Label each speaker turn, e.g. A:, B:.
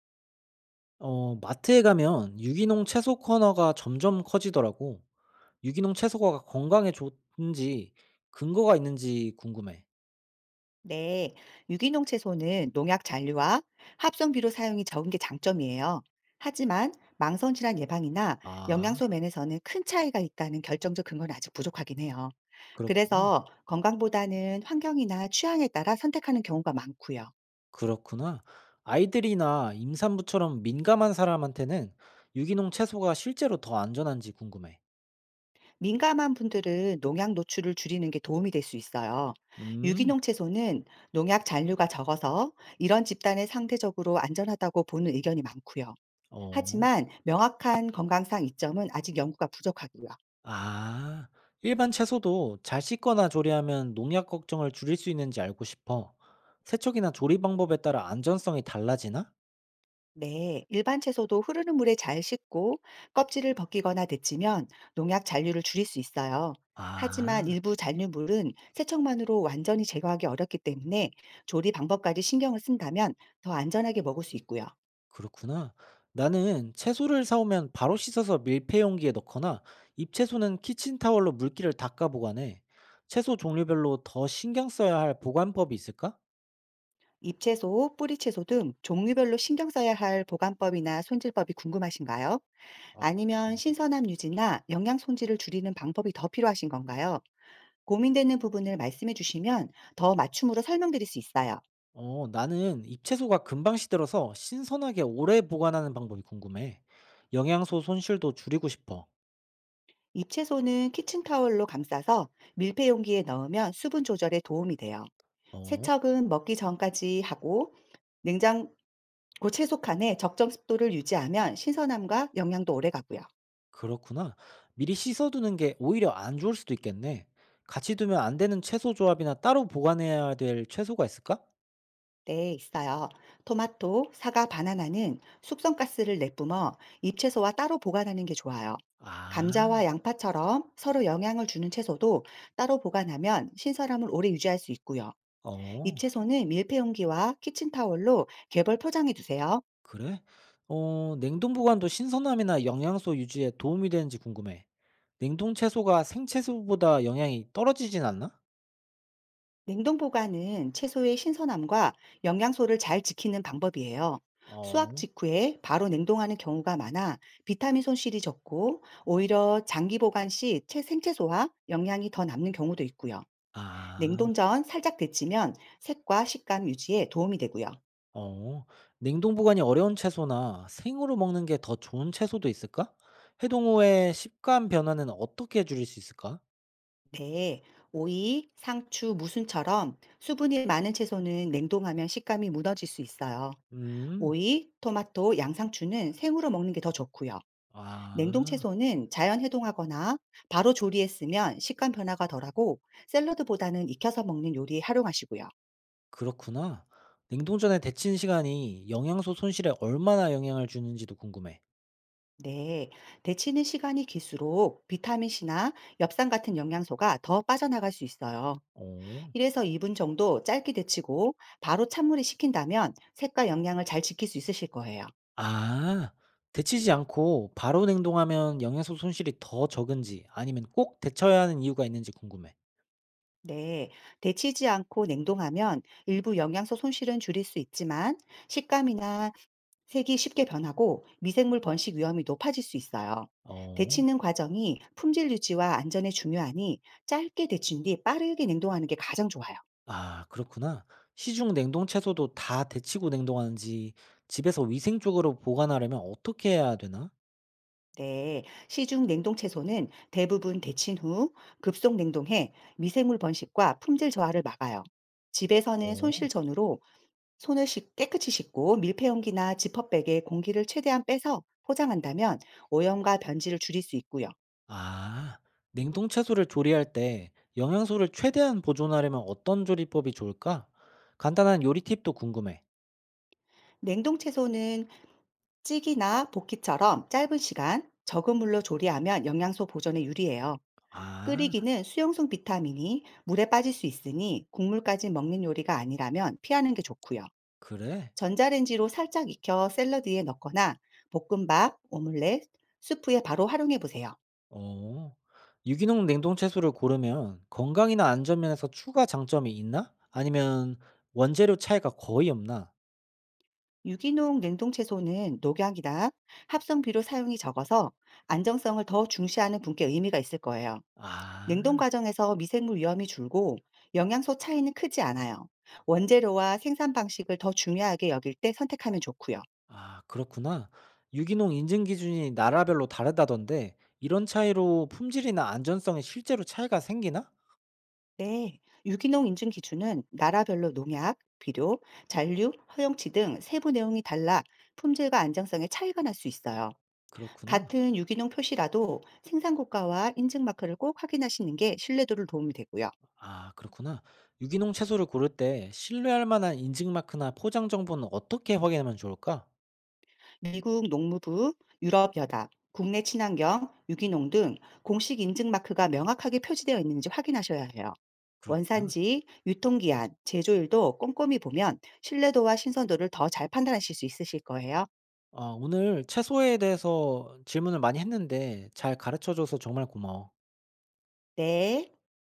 A: 어, 마트에 가면 유기농 채소 코너가 점점 커지더라고. 유기농 채소가 건강에 좋은지 근거가 있는지 궁금해.
B: 네, 유기농 채소는 농약 잔류와 합성비료 사용이 적은 게 장점이에요. 하지만 망성 질환 예방이나
A: 아,
B: 영양소 면에서는 큰 차이가 있다는 결정적 근거는 아직 부족하긴 해요.
A: 그렇구나.
B: 그래서 건강보다는 환경이나 취향에 따라 선택하는 경우가 많고요.
A: 그렇구나. 아이들이나 임산부처럼 민감한 사람한테는 유기농 채소가 실제로 더 안전한지 궁금해.
B: 민감한 분들은 농약 노출을 줄이는 게 도움이 될 수 있어요.
A: 음,
B: 유기농 채소는 농약 잔류가 적어서 이런 집단에 상대적으로 안전하다고 보는 의견이 많고요.
A: 어.
B: 하지만 명확한 건강상 이점은 아직 연구가 부족하고요.
A: 아, 일반 채소도 잘 씻거나 조리하면 농약 걱정을 줄일 수 있는지 알고 싶어. 세척이나 조리 방법에 따라 안전성이 달라지나?
B: 네, 일반 채소도 흐르는 물에 잘 씻고 껍질을 벗기거나 데치면 농약 잔류를 줄일 수 있어요. 하지만
A: 아.
B: 일부 잔류물은 세척만으로 완전히 제거하기 어렵기 때문에 조리 방법까지 신경을 쓴다면 더 안전하게 먹을 수 있고요.
A: 그렇구나. 나는 채소를 사오면 바로 씻어서 밀폐 용기에 넣거나 잎채소는 키친타월로 물기를 닦아 보관해. 채소 종류별로 더 신경 써야 할 보관법이 있을까?
B: 잎채소, 뿌리채소 등 종류별로 신경 써야 할 보관법이나 손질법이 궁금하신가요?
A: 아,
B: 아니면
A: 음.
B: 신선함 유지나 영양 손질을 줄이는 방법이 더 필요하신 건가요? 고민되는 부분을 말씀해 주시면 더 맞춤으로 설명드릴 수 있어요.
A: 어, 나는 잎채소가 금방 시들어서 신선하게 오래 보관하는 방법이 궁금해. 영양소 손실도 줄이고 싶어.
B: 잎채소는 키친타월로 감싸서 밀폐 용기에 넣으면 수분 조절에 도움이 돼요.
A: 어,
B: 세척은 먹기 전까지 하고 냉장고 채소칸에 적정 습도를 유지하면 신선함과 영양도 오래 가고요.
A: 그렇구나. 미리 씻어두는 게 오히려 안 좋을 수도 있겠네. 같이 두면 안 되는 채소 조합이나 따로 보관해야 될 채소가 있을까?
B: 네, 있어요. 토마토, 사과, 바나나는 숙성가스를 내뿜어 잎채소와 따로 보관하는 게 좋아요.
A: 아,
B: 감자와 양파처럼 서로 영향을 주는 채소도 따로 보관하면 신선함을 오래 유지할 수 있고요.
A: 어.
B: 잎채소는 밀폐용기와 키친타월로 개벌 포장해 두세요.
A: 그래? 어, 냉동 보관도 신선함이나 영양소 유지에 도움이 되는지 궁금해. 냉동 채소가 생채소보다 영양이 떨어지진 않나?
B: 냉동 보관은 채소의 신선함과 영양소를 잘 지키는 방법이에요. 수확
A: 어,
B: 직후에 바로 냉동하는 경우가 많아 비타민 손실이 적고 오히려 장기 보관 시 생채소와 영양이 더 남는 경우도 있고요.
A: 아,
B: 냉동 전 살짝 데치면 색과 식감 유지에 도움이 되고요.
A: 어. 냉동 보관이 어려운 채소나 생으로 먹는 게 더 좋은 채소도 있을까? 해동 후에 식감 변화는 어떻게 줄일 수 있을까?
B: 네. 오이, 상추, 무순처럼 수분이 많은 채소는 냉동하면 식감이 무너질 수 있어요.
A: 음,
B: 오이, 토마토, 양상추는 생으로 먹는 게 더 좋고요. 냉동
A: 아,
B: 채소는 자연 해동하거나 바로 조리에 쓰면 식감 변화가 덜하고 샐러드보다는 익혀서 먹는 요리에 활용하시고요.
A: 그렇구나. 냉동 전에 데친 시간이 영양소 손실에 얼마나 영향을 주는지도 궁금해.
B: 네, 데치는 시간이 길수록 비타민C나 엽산 같은 영양소가 더 빠져나갈 수 있어요.
A: 어.
B: 1에서 2분 정도 짧게 데치고 바로 찬물에 식힌다면 색과 영양을 잘 지킬 수 있으실 거예요.
A: 아. 데치지 않고 바로 행동하면 영양소 손실이 더 적은지 아니면 꼭 데쳐야 하는 이유가 있는지 궁금해.
B: 네, 데치지 않고 냉동하면 일부 영양소 손실은 줄일 수 있지만 식감이나 색이 쉽게 변하고 미생물 번식 위험이 높아질 수 있어요.
A: 어.
B: 데치는 과정이 품질 유지와 안전에 중요하니 짧게 데친 뒤 빠르게 냉동하는 게 가장 좋아요.
A: 아, 그렇구나. 시중 냉동 채소도 다 데치고 냉동하는지 집에서 위생적으로 보관하려면 어떻게 해야 되나?
B: 네, 시중 냉동 채소는 대부분 데친 후 급속 냉동해 미생물 번식과 품질 저하를 막아요. 집에서는 손실
A: 어.
B: 전후로 깨끗이 씻고 밀폐용기나 지퍼백에 공기를 최대한 빼서 포장한다면 오염과 변질을 줄일 수 있고요.
A: 아. 냉동 채소를 조리할 때 영양소를 최대한 보존하려면 어떤 조리법이 좋을까? 간단한 요리 팁도 궁금해.
B: 냉동 채소는 찌기나 볶기처럼 짧은 시간 적은 물로 조리하면 영양소 보존에 유리해요.
A: 아,
B: 끓이기는 수용성 비타민이 물에 빠질 수 있으니 국물까지 먹는 요리가 아니라면 피하는 게 좋고요.
A: 그래?
B: 전자레인지로 살짝 익혀 샐러드에 넣거나 볶음밥, 오믈렛, 수프에 바로 활용해 보세요.
A: 어. 유기농 냉동 채소를 고르면 건강이나 안전 면에서 추가 장점이 있나? 아니면 원재료 차이가 거의 없나?
B: 유기농 냉동 채소는 녹약이나 합성비료 사용이 적어서 안정성을 더 중시하는 분께 의미가 있을 거예요.
A: 아.
B: 냉동 과정에서 미생물 위험이 줄고 영양소 차이는 크지 않아요. 원재료와 생산 방식을 더 중요하게 여길 때 선택하면 좋고요.
A: 아, 그렇구나. 유기농 인증 기준이 나라별로 다르다던데 이런 차이로 품질이나 안전성에 실제로 차이가 생기나?
B: 네, 유기농 인증 기준은 나라별로 농약, 비료, 잔류, 허용치 등 세부 내용이 달라 품질과 안정성에 차이가 날 수 있어요.
A: 그렇구나.
B: 같은 유기농 표시라도 생산 국가와 인증 마크를 꼭 확인하시는 게 신뢰도를 도움이 되고요.
A: 아, 그렇구나. 유기농 채소를 고를 때 신뢰할 만한 인증 마크나 포장 정보는 어떻게 확인하면 좋을까?
B: 미국 농무부, 유럽연합, 국내 친환경, 유기농 등 공식 인증 마크가 명확하게 표시되어 있는지 확인하셔야 해요.
A: 그렇구나.
B: 원산지, 유통기한, 제조일도 꼼꼼히 보면 신뢰도와 신선도를 더 잘 판단하실 수 있으실 거예요.
A: 아, 오늘 채소에 대해서 질문을 많이 했는데 잘 가르쳐 줘서 정말 고마워.
B: 네.